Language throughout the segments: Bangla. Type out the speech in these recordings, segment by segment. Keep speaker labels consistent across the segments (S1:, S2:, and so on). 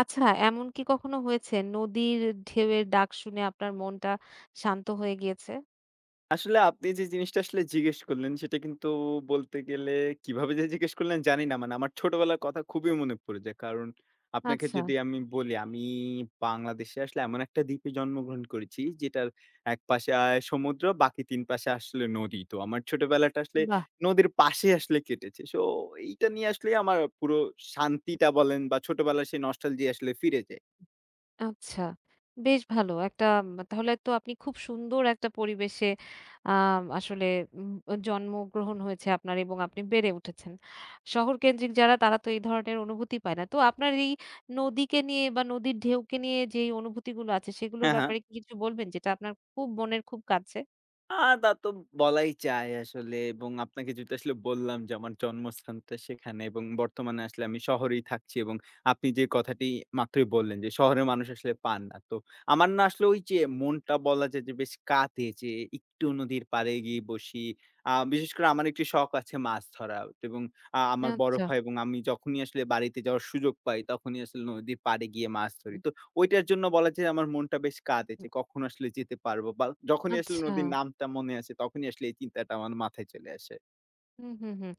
S1: আচ্ছা, এমন কি কখনো হয়েছে নদীর ঢেউয়ের ডাক শুনে আপনার মনটা শান্ত হয়ে গিয়েছে?
S2: আসলে আপনি যে জিনিসটা আসলে জিজ্ঞেস করলেন, সেটা কিন্তু বলতে গেলে কিভাবে যে জিজ্ঞেস করলেন জানি না। মানে আমার ছোটবেলার কথা খুবই মনে পড়ে যায়। কারণ আপনাকে
S1: আচ্ছা,
S2: যদি আমি বলি, আমি বাংলাদেশে আসলে এমন একটা দ্বীপে জন্মগ্রহণ করেছি, যেটার একপাশে সমুদ্র, বাকি ৩ পাশে আসলে নদী। তো আমার ছোটবেলাটা আসলে
S1: বাহ!
S2: নদীর পাশে আসলে কেটেছে। সো এইটা নিয়ে আসলে আমার পুরো শান্তিটা বলেন বা ছোটবেলার সেই নস্টালজি আসলে ফিরে যায়।
S1: আচ্ছা, বেশ ভালো। একটা তাহলে তো আপনি খুব সুন্দর একটা পরিবেশে আ আসলে উম জন্মগ্রহণ হয়েছে আপনার এবং আপনি বেড়ে উঠেছেন। শহরকেন্দ্রিক যারা তারা তো এই ধরনের অনুভূতি পায় না। তো আপনার এই নদীকে নিয়ে বা নদীর ঢেউকে নিয়ে যেই অনুভূতিগুলো আছে সেগুলোর
S2: হ্যাঁ, হ্যাঁ।
S1: ব্যাপারে কি কিছু বলবেন যেটা আপনার খুব মনের খুব কাছে?
S2: আ তা তো বলাই যায় আসলে এবং আপনাকে যেহেতু আসলে বললাম যে আমার জন্মস্থানটা সেখানে এবং বর্তমানে আসলে আমি শহরেই থাকছি এবং আপনি যে কথাটি মাত্রই বললেন যে শহরের মানুষ আসলে পান না। তো আমার না আসলে ওই যে মনটা বলা যায় যে বেশ কাঁদে যে একটু নদীর পাড়ে গিয়ে বসি। বিশেষ করে আমার একটি শখ আছে মাছ ধরা, এবং আমার বড়
S1: আচ্ছা,
S2: ভাই এবং আমি যখনই আসলে বাড়িতে যাওয়ার সুযোগ পাই তখনই আসলে নদীর পাড়ে গিয়ে মাছ ধরি।
S1: হুম,
S2: তো ওইটার জন্য বলা যায় আমার মনটা বেশ কাঁদে
S1: হুম,
S2: যে কখন আসলে যেতে পারবো বা যখনই আসলে
S1: আচ্ছা।
S2: নদীর নামটা মনে আসে তখনই আসলে এই চিন্তাটা আমার মাথায় চলে আসে।
S1: হুম, হুম, হুম।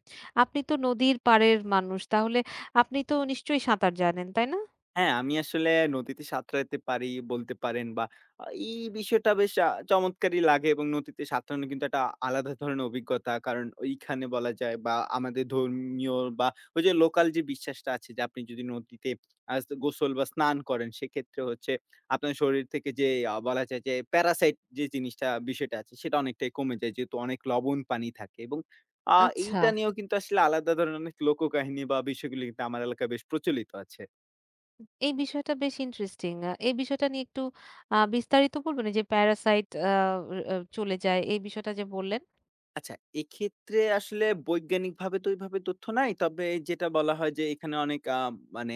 S1: আপনি তো নদীর পাড়ের মানুষ। তাহলে আপনি তো নিশ্চয়ই সাঁতার জানেন, তাই না?
S2: হ্যাঁ, আমি আসলে নদীতে সাঁতরাইতে পারি বলতে পারেন বা আ এই বিষয়টা বেশ চমৎকারই লাগে, এবং নদীতে সাঁতরানো কিন্তু একটা আলাদা ধরনের অভিজ্ঞতা। কারণ ওইখানে বলা যায় বা আমাদের ধর্মীয় বা ওই যে লোকাল যে বিশ্বাসটা আছে যে আপনি যদি নদীতে গোসল বা স্নান করেন সেক্ষেত্রে হচ্ছে আপনার শরীর থেকে যে বলা যায় যে প্যারাসাইট যে জিনিসটা বিষয়টা আছে সেটা অনেকটাই কমে যায়। যেহেতু অনেক লবণ পানি থাকে, এবং আ
S1: আচ্ছা।
S2: এইটা নিয়েও কিন্তু আসলে আলাদা ধরনের অনেক লোককাহিনী বা বিষয়গুলি কিন্তু আমার এলাকায় বেশ প্রচলিত আছে।
S1: এই বিষয়টা বেশ ইন্টারেস্টিং। এই বিষয়টা নিয়ে একটু বিস্তারিত বলবেন? এই যে প্যারাসাইট আ আ চলে যায় এই বিষয়টা যে বললেন?
S2: আচ্ছা, এক্ষেত্রে আসলে বৈজ্ঞানিকভাবে তো ওইভাবে তথ্য নাই। তবে যেটা বলা হয় যে এখানে অনেক মানে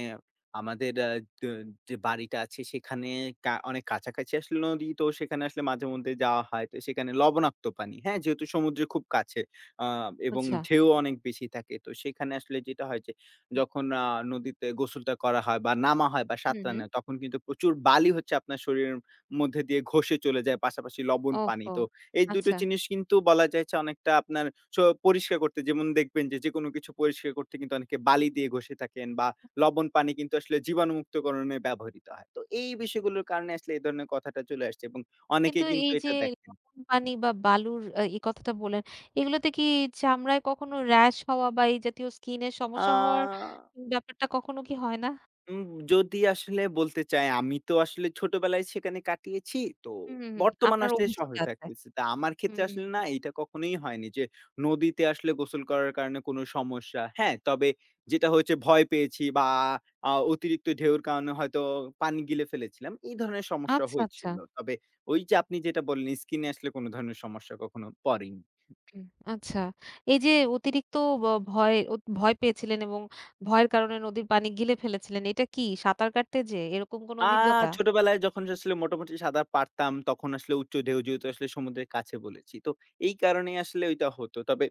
S2: আমাদের আ দ যে বাড়িটা আছে সেখানে অনেক কাছাকাছি আসলে নদী। তো সেখানে আসলে মাঝেমধ্যে যাওয়া হয়। তো সেখানে লবণাক্ত পানি, হ্যাঁ? যেহেতু সমুদ্রের খুব কাছে, আ এবং
S1: আচ্ছা।
S2: ঢেউ অনেক বেশি থাকে। তো সেখানে আসলে যেটা হয় যে যখন নদীতে গোসলটা করা হয় বা নামা হয় বা
S1: হুম,
S2: সাঁতরা
S1: হুম।
S2: নেয়, তখন কিন্তু প্রচুর বালি হচ্ছে আপনার শরীরের মধ্যে দিয়ে ঘষে চলে যায়, পাশাপাশি লবণ পানি।
S1: ওহহো!
S2: তো এই দুটো
S1: আচ্ছা।
S2: জিনিস কিন্তু বলা যায় যে অনেকটা আপনার স পরিষ্কার করতে যেমন দেখবেন যে, যেকোনো কিছু পরিষ্কার করতে কিন্তু অনেকে বালি দিয়ে ঘষে থাকেন বা লবণ পানি কিন্তু আসলে জীবাণুমুক্তকরণে ব্যবহৃত হয়। তো এই বিষয়গুলোর কারণে আসলে এই ধরনের কথাটা চলে আসছে এবং
S1: কিন্তু
S2: অনেকেই কিন্তু
S1: এই যে
S2: এটা দেখেন।
S1: লবণ পানি বা বালুর এই কথাটা বললেন, এগুলোতে কি চামড়ায় কখনো র‍্যাশ হওয়া বা এই জাতীয় স্কিনের
S2: আ
S1: সমস্যা হওয়ার ব্যাপারটা কখনো কি হয় না?
S2: উম যদি আসলে বলতে চাই, আমি তো আসলে ছোটবেলায় সেখানে কাটিয়েছি। তো
S1: হুম, হুম, হুম।
S2: বর্তমান
S1: আপনার
S2: আসলে
S1: অভিজ্ঞতা
S2: শহরে
S1: আছে।
S2: থাকতেছি। তা আমার ক্ষেত্রে
S1: হুম।
S2: আসলে না এইটা কখনোই হয়নি যে নদীতে আসলে গোসল করার কারণে কোনো সমস্যা। হ্যাঁ, তবে যেটা হয়েছে ভয় পেয়েছি বা অতিরিক্ত ঢেউর কারণে হয়তো পানি গিলে ফেলেছিলাম। এই ধরনের সমস্যা
S1: আচ্ছা, আচ্ছা।
S2: হয়েছিল। তবে ওই যে আপনি যেটা বললেন, স্কিন এ আসলে কোনো ধরনের সমস্যা কখনো পড়েনি।
S1: হুম, আচ্ছা। এই যে অতিরিক্ত ব ভয় পেয়েছিলেন এবং ভয়ের কারণে নদীর পানি গিলে ফেলেছিলেন। এটা কি সাঁতার কাটতে যেয়ে এরকম কোনো
S2: আ
S1: অভিজ্ঞতা?
S2: ছোটবেলায় যখন আসলে মোটামুটি সাঁতার পারতাম, তখন আসলে উচ্চ ঢেউ, যেহেতু আসলে সমুদ্রের কাছে বলেছি। তো এই কারণেই আসলে ওইটা হতো। তবে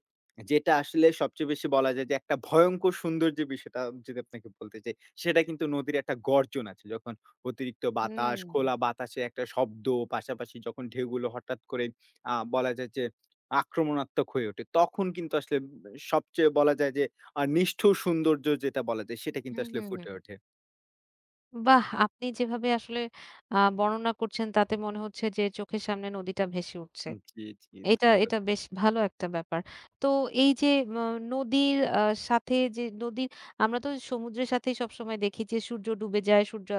S2: যেটা আসলে সবচেয়ে বেশি বলা যায় যে একটা ভয়ংকর সুন্দর যে বিষয়টা যদি আপনাকে বলতে চাই, সেটা কিন্তু নদীর একটা গর্জন আছে। যখন অতিরিক্ত বাতাস,
S1: হুম।
S2: খোলা বাতাসে একটা শব্দ, পাশাপাশি যখন ঢেউগুলো হঠাৎ করে বলা যায় যে আক্রমণাত্মক হয়ে ওঠে, তখন কিন্তু আসলে সবচেয়ে বলা যায় যে নিষ্ঠুর সৌন্দর্য যেটা বলা যায়, সেটা কিন্তু
S1: হুম,
S2: আসলে
S1: হুম, হুম।
S2: ফুটে ওঠে।
S1: বাহ! আপনি যেভাবে আসলে বর্ণনা করছেন তাতে মনে হচ্ছে যে চোখের সামনে নদীটা ভেসে উঠছে।
S2: জি, জি।
S1: এটা,
S2: ধন্যবাদ।
S1: এটা বেশ ভালো একটা ব্যাপার। তো এই যে ম নদীর আ নদীর আমরা তো সমুদ্রের সাথেই সবসময় দেখি যে সূর্য ডুবে যায়, সূর্য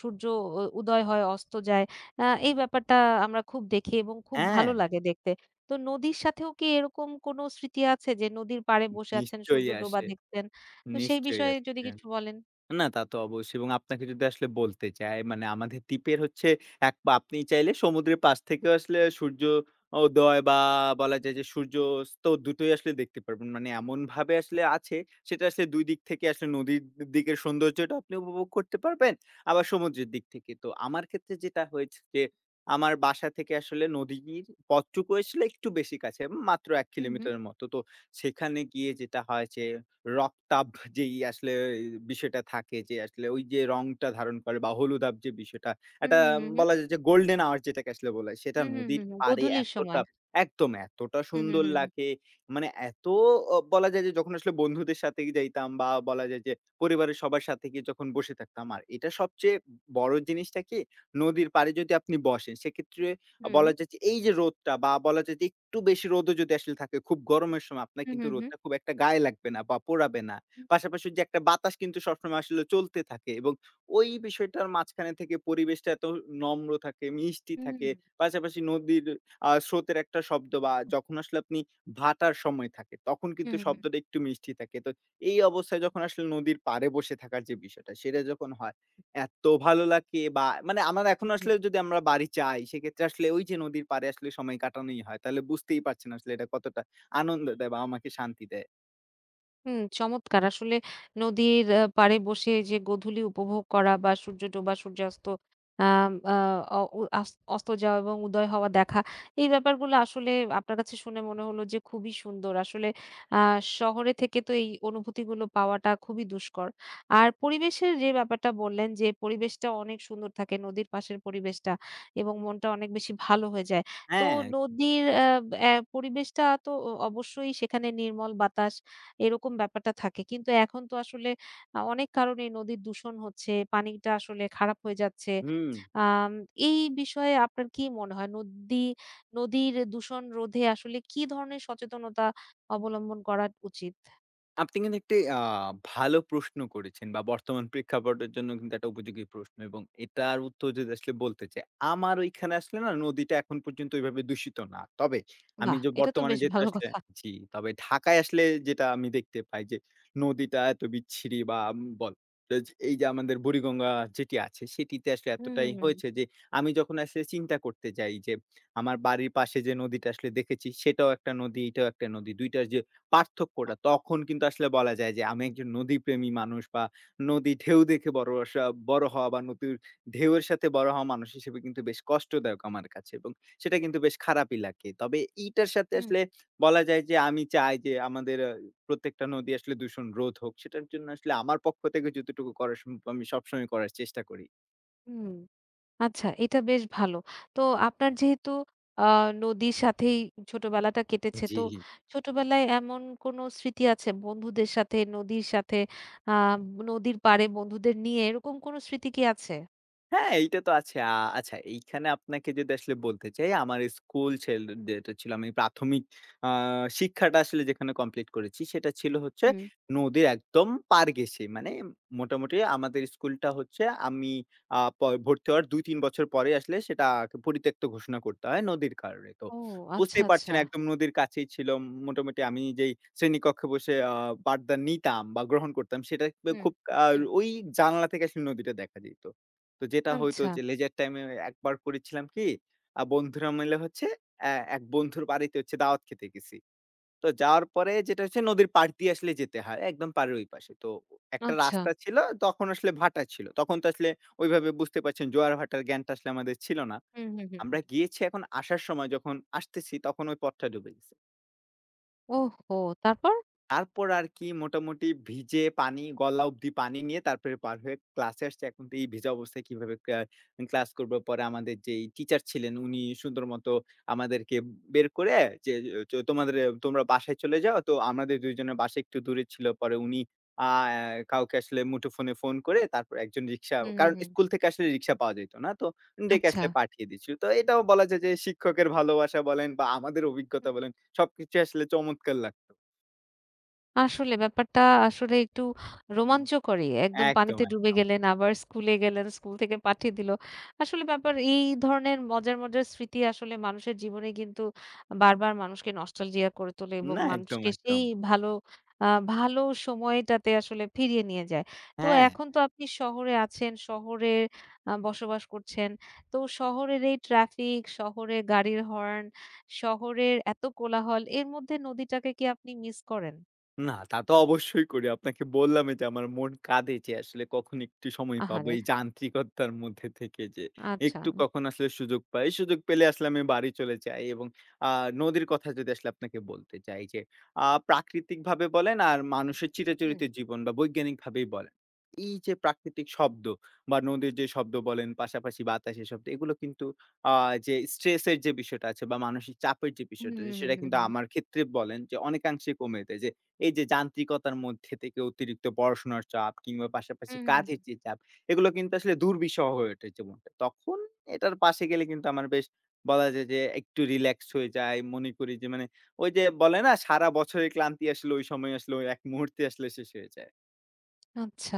S1: সূর্য উদয় হয়, অস্ত যায়। এই ব্যাপারটা আমরা খুব দেখি এবং খুব ভালো
S2: হ্যাঁ,
S1: লাগে দেখতে। তো নদীর সাথেও কি এরকম কোনো স্মৃতি আছে যে নদীর পাড়ে বসে আছেন, সূর্য
S2: নিশ্চয়ই
S1: ডোবা
S2: আসে,
S1: দেখছেন? তো সেই
S2: নিশ্চয়ই
S1: বিষয়ে যদি
S2: আসছে।
S1: কিছু বলেন?
S2: না, তা তো অবশ্যই, এবং আপনাকে যদি আসলে বলতে চাই, মানে আমাদের দ্বীপের হচ্ছে এক পা আপনি চাইলে সমুদ্রের পাশ থেকেও আসলে সূর্যোদয় বা বলা যায় যে সূর্যাস্ত দুটোই আসলে দেখতে পারবেন। মানে এমনভাবে আসলে আছে, সেটা আসলে ২ দিক থেকে আসলে নদীর দিকের সৌন্দর্যটা আপনি উপভোগ করতে পারবেন, আবার সমুদ্রের দিক থেকে। তো আমার ক্ষেত্রে যেটা হয়েছে যে আমার বাসা থেকে আসলে নদীর পথটুকু আসলে একটু বেশি কাছে, মাত্র ১
S1: হুম, হুম।
S2: কিলোমিটারের মতো। তো সেখানে গিয়ে যেটা হয় যে রক্তাভ যেই আসলে বিষয়টা থাকে যে আসলে ওই যে রংটা ধারণ করে বা হলুদাভ যে বিষয়টা,
S1: হুম,
S2: একটা
S1: হুম, হুম, হুম।
S2: বলা যায় যে গোল্ডেন আওয়ার যেটাকে আসলে বলে সেটা
S1: হুম, হুম,
S2: নদীর
S1: হুম, হুম।
S2: পাড়ে
S1: গোধূলির
S2: এতটা,
S1: সময়।
S2: একদম এতটা
S1: হুম, হুম,
S2: সুন্দর
S1: হুম, হুম।
S2: লাগে। মানে এত বলা যায় যে যখন আসলে বন্ধুদের সাথে যাইতাম বা বলা যায় যে পরিবারের সবার সাথে গিয়ে যখন বসে থাকতাম, আর এটা সবচেয়ে বড় জিনিসটা কি, নদীর পাড়ে যদি আপনি বসেন সেক্ষেত্রে
S1: হুম।
S2: বলা যায় যে এই যে রোদটা বা বলা যায় যে একটু বেশি রোদও যদি আসলে থাকে, খুব গরমের সময় আপনার
S1: হুম,
S2: কিন্তু
S1: হুম, হুম।
S2: রোদটা খুব একটা গায়ে লাগবে না বা পোড়াবে না।
S1: হুম,
S2: পাশাপাশি যে একটা বাতাস কিন্তু সবসময় আসলে চলতে থাকে এবং ওই বিষয়টার মাঝখানে থেকে পরিবেশটা এত নম্র থাকে, মিষ্টি
S1: হুম,
S2: থাকে।
S1: হুম।
S2: পাশাপাশি নদীর স্রোতের একটা শব্দ বা যখন আসলে আপনি ভাটার সময় থাকে, তখন
S1: হুম,
S2: কিন্তু
S1: হুম,
S2: শব্দটা একটু মিষ্টি থাকে। তো এই অবস্থায় যখন আসলে নদীর পাড়ে বসে থাকার যে বিষয়টা, সেটা যখন হয় এত ভালো লাগে বা মানে আমার এখনো
S1: হুম।
S2: আসলে যদি আমরা বাড়ি যাই, সেক্ষেত্রে আসলে ওই যে নদীর পাড়ে আসলে সময় কাটানোই হয়। তাহলে বুঝতেই পারছেন আসলে এটা কতটা আনন্দ দেয় বা আমাকে শান্তি দেয়।
S1: হুম, চমৎকার। আসলে নদীর পাড়ে বসে যে গোধূলি উপভোগ করা বা সূর্য ডোবা, সূর্যাস্ত আম আ অ উ আস অস্ত যাওয়া এবং উদয় হওয়া দেখা। এই ব্যাপারগুলো আসলে আপনার কাছে শুনে মনে হলো যে খুবই সুন্দর। আসলে আ শহরে থেকে তো এই অনুভূতিগুলো পাওয়াটা খুবই দুষ্কর। আর পরিবেশের যে ব্যাপারটা বললেন যে পরিবেশটা অনেক সুন্দর থাকে নদীর পাশের পরিবেশটা এবং মনটা অনেক বেশি ভালো হয়ে যায়। তো
S2: হ্যাঁ,
S1: নদীর আ অ্যা পরিবেশটা তো অবশ্যই সেখানে নির্মল বাতাস এরকম ব্যাপারটা থাকে। কিন্তু এখন তো আসলে অনেক কারণে নদীর দূষণ হচ্ছে, পানিটা আসলে খারাপ হয়ে যাচ্ছে।
S2: হুম।
S1: আম এই বিষয়ে আপনার কি মনে হয়? নদীর দূষণ রোধে আসলে কি ধরনের সচেতনতা অবলম্বন করা উচিত?
S2: আপনি কিন্তু একটি ভালো প্রশ্ন করেছেন বা বর্তমান প্রেক্ষাপটের জন্য কিন্তু একটা উপযোগী প্রশ্ন, এবং এটার উত্তর যদি আসলে বলতে চাই, আমার ওইখানে আসলে না নদীটা এখন পর্যন্ত ওইভাবে দূষিত না। তবে আমি
S1: বাহ!
S2: যে
S1: এটা তো
S2: বর্তমানে
S1: বেশ
S2: যেহেতু
S1: ভালো
S2: আসলে,
S1: কথা।
S2: জি, তবে ঢাকায় আসলে যেটা আমি দেখতে পাই যে নদীটা এত বিচ্ছিরি বা আম বল এই যে আমাদের বুড়িগঙ্গা যেটি আছে সেটিতে আসলে
S1: হুম, হুম,
S2: এতটাই
S1: হুম,
S2: হয়েছে যে আমি যখন আসলে চিন্তা করতে যাই যে আমার বাড়ির পাশে যে নদীটা আসলে দেখেছি সেটাও একটা নদী, এটাও একটা নদী। ২ টার যে পার্থক্যটা তখন কিন্তু আসলে বলা যায় যে আমি একজন নদীপ্রেমী মানুষ বা নদী ঢেউ দেখে বড় বড় হওয়া বা নদীর ঢেউয়ের সাথে বড় হওয়া মানুষ হিসেবে কিন্তু বেশ কষ্টদায়ক আমার কাছে, এবং সেটা কিন্তু বেশ খারাপই লাগে। তবে এইটার সাথে
S1: হুম,
S2: আসলে বলা যায় যে আমি চাই যে আমাদের প্রত্যেকটা নদী আসলে দূষণ রোধ হোক। সেটার জন্য আসলে আমার পক্ষ থেকে যতটুকু করা সম্ভব আমি সবসময় করার চেষ্টা করি।
S1: হুম। আচ্ছা, এটা বেশ ভালো। তো আপনার যেহেতু আ নদীর সাথেই ছোটবেলাটা কেটেছে,
S2: জি।
S1: তো ছোটবেলায় এমন কোনো স্মৃতি আছে বন্ধুদের সাথে, নদীর সাথে, আ নদীর পাড়ে বন্ধুদের নিয়ে এরকম কোনো স্মৃতি কি আছে?
S2: হ্যাঁ, এইটা তো আছে। আচ্ছা, এইখানে আপনাকে যদি আসলে বলতে চাই, আমার স্কুল ছিল, যেটা ছিল, আমি প্রাথমিক আ শিক্ষাটা আসলে যেখানে কমপ্লিট করেছি, সেটা ছিল হচ্ছে
S1: হুম।
S2: নদীর একদম পার ঘেঁষে। মানে মোটামুটি আমাদের স্কুলটা হচ্ছে আমি আ প ভর্তি হওয়ার ২-৩ বছর পরে আসলে সেটা পরিত্যক্ত ঘোষণা করতে হয় নদীর কারণে। তো
S1: ও আচ্ছা,
S2: বুঝতেই পারছেন
S1: আচ্ছা।
S2: একদম নদীর কাছেই ছিল। মোটামুটি আমি যেই শ্রেণীকক্ষে বসে পাঠদান নিতাম বা গ্রহণ করতাম, সেটা
S1: হুম,
S2: খুব আ
S1: হুম।
S2: ওই জানালা থেকে আসলে নদীটা দেখা যেত। তো যেটা হইতো
S1: আচ্ছা,
S2: যে লেজার টাইমে একবার করেছিলাম কি, বন্ধুরা মিলে হচ্ছে এক বন্ধুর বাড়িতে হচ্ছে দাওয়াত খেতে গেছি। তো যাওয়ার পরে যেটা হচ্ছে নদীর পাড় দিয়ে আসলে যেতে হয়, একদম পাড়ের ওই পাশে। তো একটা
S1: আচ্ছা।
S2: রাস্তা ছিল, তখন আসলে ভাটা ছিল। তখন তো আসলে ওইভাবে বুঝতে পারছেন জোয়ার ভাটার জ্ঞানটা আসলে আমাদের ছিল না।
S1: হুম, হুম, হুম,
S2: আমরা
S1: হুম।
S2: গিয়েছি, এখন আসার সময় যখন আসতেছি তখন ওই পথটা ডুবে গেছে।
S1: ওহহো! তারপর?
S2: তারপর আর কি, মোটামুটি ভিজে, পানি গলা অব্দি পানি নিয়ে তারপরে পার হয়ে ক্লাসে আসছি। এখন তো এই ভিজা অবস্থায় কিভাবে ক্লাস করব? পরে আমাদের যেই টিচার ছিলেন, উনি সুন্দর মতো আমাদেরকে বের করে যে, চ "তোমাদের তোমরা বাসায় চলে যাও।" তো আমাদের ২ জনের বাসা একটু দূরে ছিল। পরে উনি আ কাউকে আসলে মুঠোফোনে ফোন করে, তারপর একজন রিক্সা,
S1: হুম,
S2: কারণ
S1: হুম, হুম।
S2: স্কুল থেকে আসলে রিক্সা পাওয়া যেত না। তো ডেকে
S1: আচ্ছা।
S2: আসলে পাঠিয়ে দিচ্ছিল। তো এটাও বলা যায় যে শিক্ষকের ভালোবাসা বলেন বা আমাদের অভিজ্ঞতা বলেন, সবকিছু আসলে চমৎকার লাগতো।
S1: আসলে ব্যাপারটা আসলে একটু রোমাঞ্চকরই। একদম
S2: একদম,
S1: পানিতে ডুবে
S2: একদম।
S1: গেলেন, আবার স্কুলে গেলেন, স্কুল থেকে পাঠিয়ে দিল। আসলে ব্যাপার এই ধরনের মজার, মজার স্মৃতি আসলে মানুষের জীবনে কিন্তু বারবার মানুষকে নস্টালজিয়া করে তোলে এবং
S2: না, একদম,
S1: মানুষকে সেই
S2: একদম।
S1: ভালো আ ভালো সময়টাতে আসলে ফিরিয়ে নিয়ে যায়। তো
S2: হ্যাঁ,
S1: এখন
S2: হুম।
S1: তো আপনি শহরে আছেন, শহরে বসবাস করছেন। তো শহরের এই ট্রাফিক, শহরে গাড়ির হর্ন, শহরের এত কোলাহল এর মধ্যে নদীটাকে কি আপনি মিস করেন?
S2: না, তা তো অবশ্যই করি। আপনাকে বললামই যে আমার মন কাঁদে যে আসলে কখন একটু সময় পাবো
S1: আহারে!
S2: এই যান্ত্রিকতার মধ্যে থেকে, যে
S1: আচ্ছা।
S2: একটু কখন আসলে সুযোগ পাই। সুযোগ পেলে আসলে আমি বাড়ি চলে যাই, এবং আ নদীর কথা যদি আসলে আপনাকে বলতে চাই যে প্রাকৃতিকভাবে বলেন আর মানুষের
S1: হুম।
S2: চিরাচরিত জীবন বা বৈজ্ঞানিকভাবেই বলেন। এই যে প্রাকৃতিক শব্দ বা নদীর যে শব্দ বলেন, পাশাপাশি বাতাসের শব্দ, এগুলো কিন্তু আ যে স্ট্রেস এর যে বিষয়টা আছে বা মানসিক চাপের যে
S1: হুম,
S2: বিষয়টা আছে,
S1: হুম, হুম,
S2: সেটা
S1: হুম,
S2: কিন্তু
S1: হুম।
S2: আমার ক্ষেত্রে বলেন যে অনেকাংশে কমে দেয়। যে এই যে যান্ত্রিকতার মধ্যে থেকে অতিরিক্ত পড়াশোনার চাপ কিংবা পাশাপাশি
S1: হুম, হুম, হুম।
S2: কাজের যে চাপ, এগুলো কিন্তু আসলে দুর্বিষহ হয়ে ওঠে জীবনটা। তখন এটার পাশে গেলে কিন্তু আমার বেশ, বলা যায় যে একটু রিল্যাক্স হয়ে যায়। মনে করি যে মানে ওই যে বলে না সারা বছরের ক্লান্তি আসলে ওই সময় আসলে ওই এক মুহূর্তে আসলে শেষ হয়ে যায়।
S1: আচ্ছা।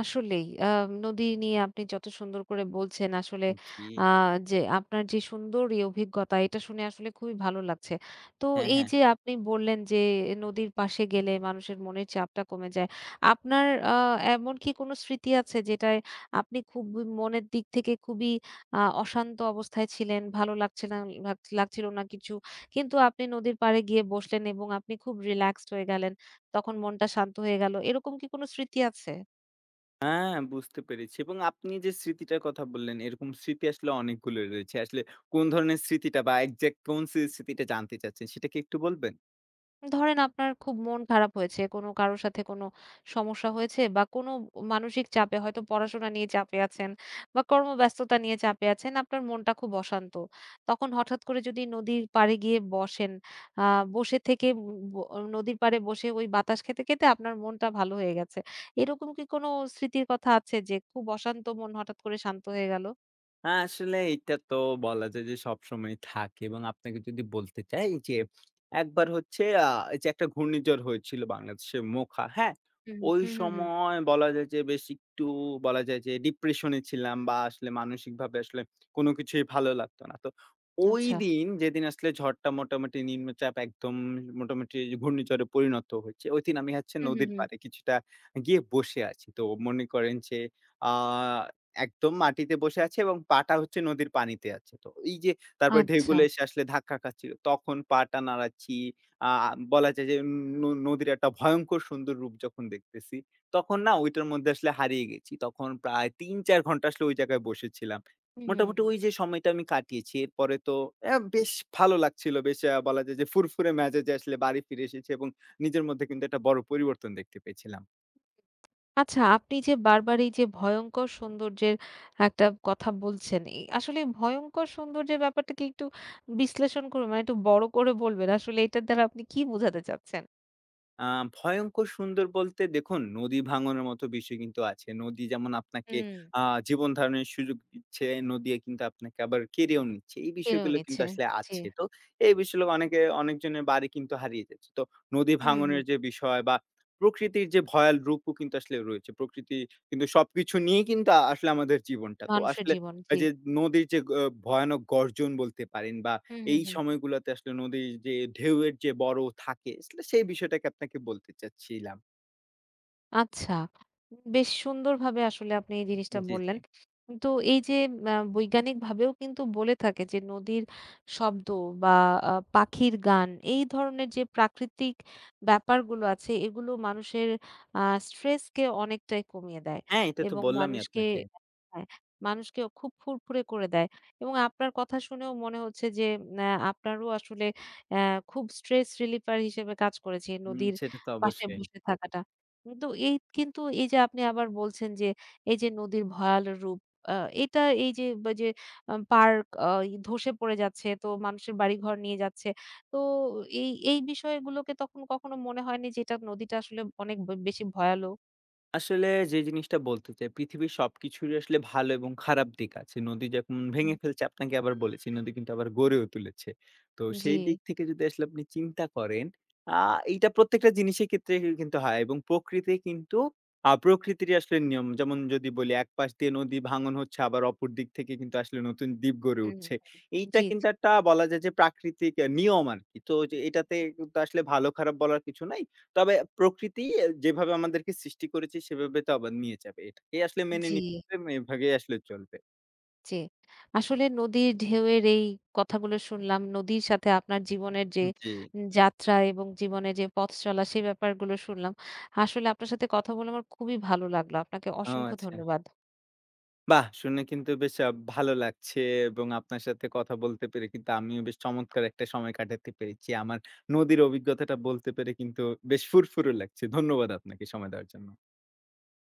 S1: আসলেই নদী নিয়ে আপনি যত সুন্দর করে বলছেন আসলে
S2: জি।
S1: আ যে আপনার যে সুন্দর এই অভিজ্ঞতা এটা শুনে আসলে খুবই ভালো লাগছে। তো
S2: হ্যাঁ,
S1: এই
S2: হ্যাঁ।
S1: যে আপনি বললেন যে নদীর পাশে গেলে মানুষের মনের চাপটা কমে যায়। আপনার আ এমন কি কোনো স্মৃতি আছে যেটায় আপনি খুব মনের দিক থেকে খুবই অশান্ত অবস্থায় ছিলেন, ভালো লাগছে না লাগ লাগছিল না কিছু। কিন্তু আপনি নদীর পাড়ে গিয়ে বসলেন এবং আপনি খুব রিল্যাক্সড হয়ে গেলেন। তখন মনটা শান্ত হয়ে গেল। এরকম কি কোনো স্মৃতি আছে?
S2: হ্যাঁ, বুঝতে পেরেছি, এবং আপনি যে স্মৃতিটার কথা বললেন এরকম স্মৃতি আসলে অনেকগুলো রয়েছে। আসলে কোন ধরনের স্মৃতিটা বা এক্সাক্ট কোন স্মৃতিটা জানতে চাচ্ছেন সেটা কি একটু বলবেন?
S1: ধরেন আপনার খুব মন খারাপ হয়েছে, কোনো কারো সাথে কোনো সমস্যা হয়েছে বা কোনো মানসিক চাপে হয়তো পড়াশোনা নিয়ে চাপে আছেন বা কর্মব্যস্ততা নিয়ে চাপে আছেন, আপনার মনটা খুব অশান্ত। তখন হঠাৎ করে যদি নদীর পাড়ে গিয়ে বসেন, আ বসে থেকে উম ব নদীর পাড়ে বসে ওই বাতাস খেতে, খেতে আপনার মনটা ভালো হয়ে গেছে। এরকম কি কোনো স্মৃতির কথা আছে যে খুব অশান্ত মন হঠাৎ করে শান্ত হয়ে গেল?
S2: হ্যাঁ, আসলে এইটা তো বলা যায় যে সবসময় থাকে, এবং আপনাকে যদি বলতে চাই যে একবার হচ্ছে এই যে একটা ঘূর্ণিঝড় হয়েছিল বাংলাদেশের মোখা, হ্যাঁ?
S1: হুম,
S2: ওই
S1: হুম, হুম, হুম।
S2: সময় বলা যায় যে বেশ একটু বলা যায় যে ডিপ্রেশন এ ছিলাম বা আসলে মানসিকভাবে আসলে কোন কিছুই ভালো লাগতো না। তো
S1: আচ্ছা।
S2: ঐদিন যেদিন আসলে ঝড়টা মোটামুটি নিম্নচাপ, একদম মোটামুটি ঘূর্ণিঝড়ে পরিণত হয়েছে, ঐদিন আমি হচ্ছে
S1: হুম, হুম,
S2: নদীর
S1: হুম।
S2: পাড়ে কিছুটা গিয়ে বসে আছি। তো মনে করেন যে আ একদম মাটিতে বসে আছে এবং পাটা হচ্ছে নদীর পানিতে আছে। তো এই যে তারপরে
S1: আচ্ছা।
S2: ঢেউগুলো এসে আসলে ধাক্কা খাচ্ছিল। তখন পাটা নাড়াচ্ছি। আ বলা যায় যে নদীর একটা ভয়ংকর সুন্দর রূপ যখন দেখতেছি, তখন না ওইটার মধ্যে আসলে হারিয়ে গেছি। তখন প্রায় ৩-৪ ঘন্টা আসলে ওই জায়গায় বসেছিলাম।
S1: হুম।
S2: মোটামুটি ওই যে সময়টা আমি কাটিয়েছি। এরপরে তো বেশ ভালো লাগছিল। বেশ বলা যায় যে ফুরফুরে মেজাজে আসলে বাড়ি ফিরে এসেছি, এবং নিজের মধ্যে কিন্তু একটা বড় পরিবর্তন দেখতে পেয়েছিলাম।
S1: আচ্ছা আপনি যে বারবার এই যে ভয়ংকর সৌন্দর্যের একটা কথা বলছেন, এই আসলে ভয়ংকর সৌন্দর্যের ব্যাপারটাকে একটু বিশ্লেষণ করুন, মানে একটু বড় করে বলবেন। আসলে এটার দ্বারা আপনি কি বোঝাতে চাচ্ছেন?
S2: আ ভয়ংকর সুন্দর বলতে দেখুন, নদী ভাঙনের মতো বিষয় কিন্তু আছে। নদী যেমন আপনাকে
S1: হুম।
S2: আ জীবন ধারণের সুযোগ দিচ্ছে, নদী কিন্তু আপনাকে আবার কেড়েও নিচ্ছে। এই
S1: কেড়েও
S2: বিষয়গুলো কিন্তু
S1: নিচ্ছে।
S2: আসলে
S1: জি।
S2: আছে। তো এই বিষয়গুলো অনেকে অনেকজনের বাড়ি কিন্তু হারিয়ে যাচ্ছে। তো নদী
S1: হুম, হুম।
S2: ভাঙনের যে বিষয় বা প্রকৃতির যে ভয়াল রূপও কিন্তু আসলে রয়েছে। প্রকৃতি কিন্তু সবকিছু নিয়েই কিন্তু আসলে আমাদের জীবনটা। তো
S1: মানুষের
S2: আসলে
S1: জীবন।
S2: এই
S1: জি।
S2: যে নদীর যে ভয়ানক গর্জন বলতে পারেন বা
S1: হুম, হুম,
S2: এই
S1: হুম।
S2: সময়গুলাতে আসলে নদীর যে ঢেউয়ের যে বড় থাকে আসলে সেই বিষয়টাকে আপনাকে বলতে চাচ্ছিলাম।
S1: আচ্ছা। বেশ সুন্দরভাবে আসলে আপনি এই জিনিসটা
S2: জি,
S1: বললেন।
S2: জি।
S1: তো এই যে বৈজ্ঞানিকভাবেও কিন্তু বলে থাকে যে নদীর শব্দ বা পাখির গান এই ধরনের যে প্রাকৃতিক ব্যাপারগুলো আছে এগুলো মানুষের আ স্ট্রেসকে অনেকটাই কমিয়ে দেয়
S2: হ্যাঁ, এটা তো
S1: এবং
S2: বললামই
S1: মানুষকে
S2: আপনাকে।
S1: হ্যাঁ, মানুষকে খুব ফুরফুরে করে দেয় এবং আপনার কথা শুনেও মনে হচ্ছে যে আ আপনারও আসলে অ্যা খুব স্ট্রেস রিলিফার হিসেবে কাজ করেছে
S2: হুম,
S1: নদীর
S2: সেটা তো
S1: পাশে
S2: অবশ্যই।
S1: বসে থাকাটা। কিন্তু এই যে আপনি আবার বলছেন যে এই যে নদীর ভয়াল রূপ আ এটা এই যে বা যে পার্ক ধসে পড়ে যাচ্ছে তো মানুষের বাড়িঘর নিয়ে যাচ্ছে। তো এই এই বিষয়গুলোকে তখন কখনো মনে হয়নি যে এটা নদীটা আসলে অনেক বেশি ভয়ালো?
S2: আসলে যে জিনিসটা বলতে চাই, পৃথিবীর সবকিছুরই আসলে ভালো এবং খারাপ দিক আছে। নদী যখন
S1: হুম।
S2: ভেঙে ফেলছে, আপনাকে আবার বলেছি, নদী কিন্তু আবার গড়েও তুলেছে। তো
S1: জি।
S2: সেই দিক থেকে যদি আসলে আপনি চিন্তা করেন, আ এইটা প্রত্যেকটা জিনিসের ক্ষেত্রে কিন্তু হয়, এবং প্রকৃতি কিন্তু প্রকৃতিরই আসলে নিয়ম। যেমন যদি বলি একপাশ দিয়ে নদী ভাঙন হচ্ছে, আবার অপর দিক থেকে কিন্তু আসলে নতুন দ্বীপ গড়ে
S1: হুম,
S2: উঠছে। এইটা
S1: জি, জি,
S2: কিন্তু একটা বলা যায় যে প্রাকৃতিক নিয়ম আরকি। তো যে এটাতে কিন্তু আসলে ভালো খারাপ বলার কিছু নাই। তবে প্রকৃতি যেভাবে আমাদেরকে সৃষ্টি করেছে সেভাবে তো আবার নিয়ে যাবে। এটাকেই আসলে মেনে
S1: জি।
S2: নিতে হবে এবং এভাবেই আসলে চলবে।
S1: জি। আসলে নদীর ঢেউয়ের এই কথাগুলো শুনলাম। নদীর সাথে আপনার জীবনের যে
S2: জি।
S1: যাত্রা এবং জীবনে যে পথ চলা সেই ব্যাপারগুলো শুনলাম। আসলে আপনার সাথে কথা বলে আমার খুবই ভালো লাগলো। আপনাকে
S2: ও
S1: অসংখ্য
S2: আচ্ছা।
S1: ধন্যবাদ।
S2: বাহ! শুনে কিন্তু বেশ ভালো লাগছে, এবং আপনার সাথে কথা বলতে পেরে কিন্তু আমিও বেশ চমৎকার একটা সময় কাটাতে পেরেছি। আমার নদীর অভিজ্ঞতাটা বলতে পেরে কিন্তু বেশ ফুরফুরে লাগছে। ধন্যবাদ আপনাকে সময় দেওয়ার জন্য।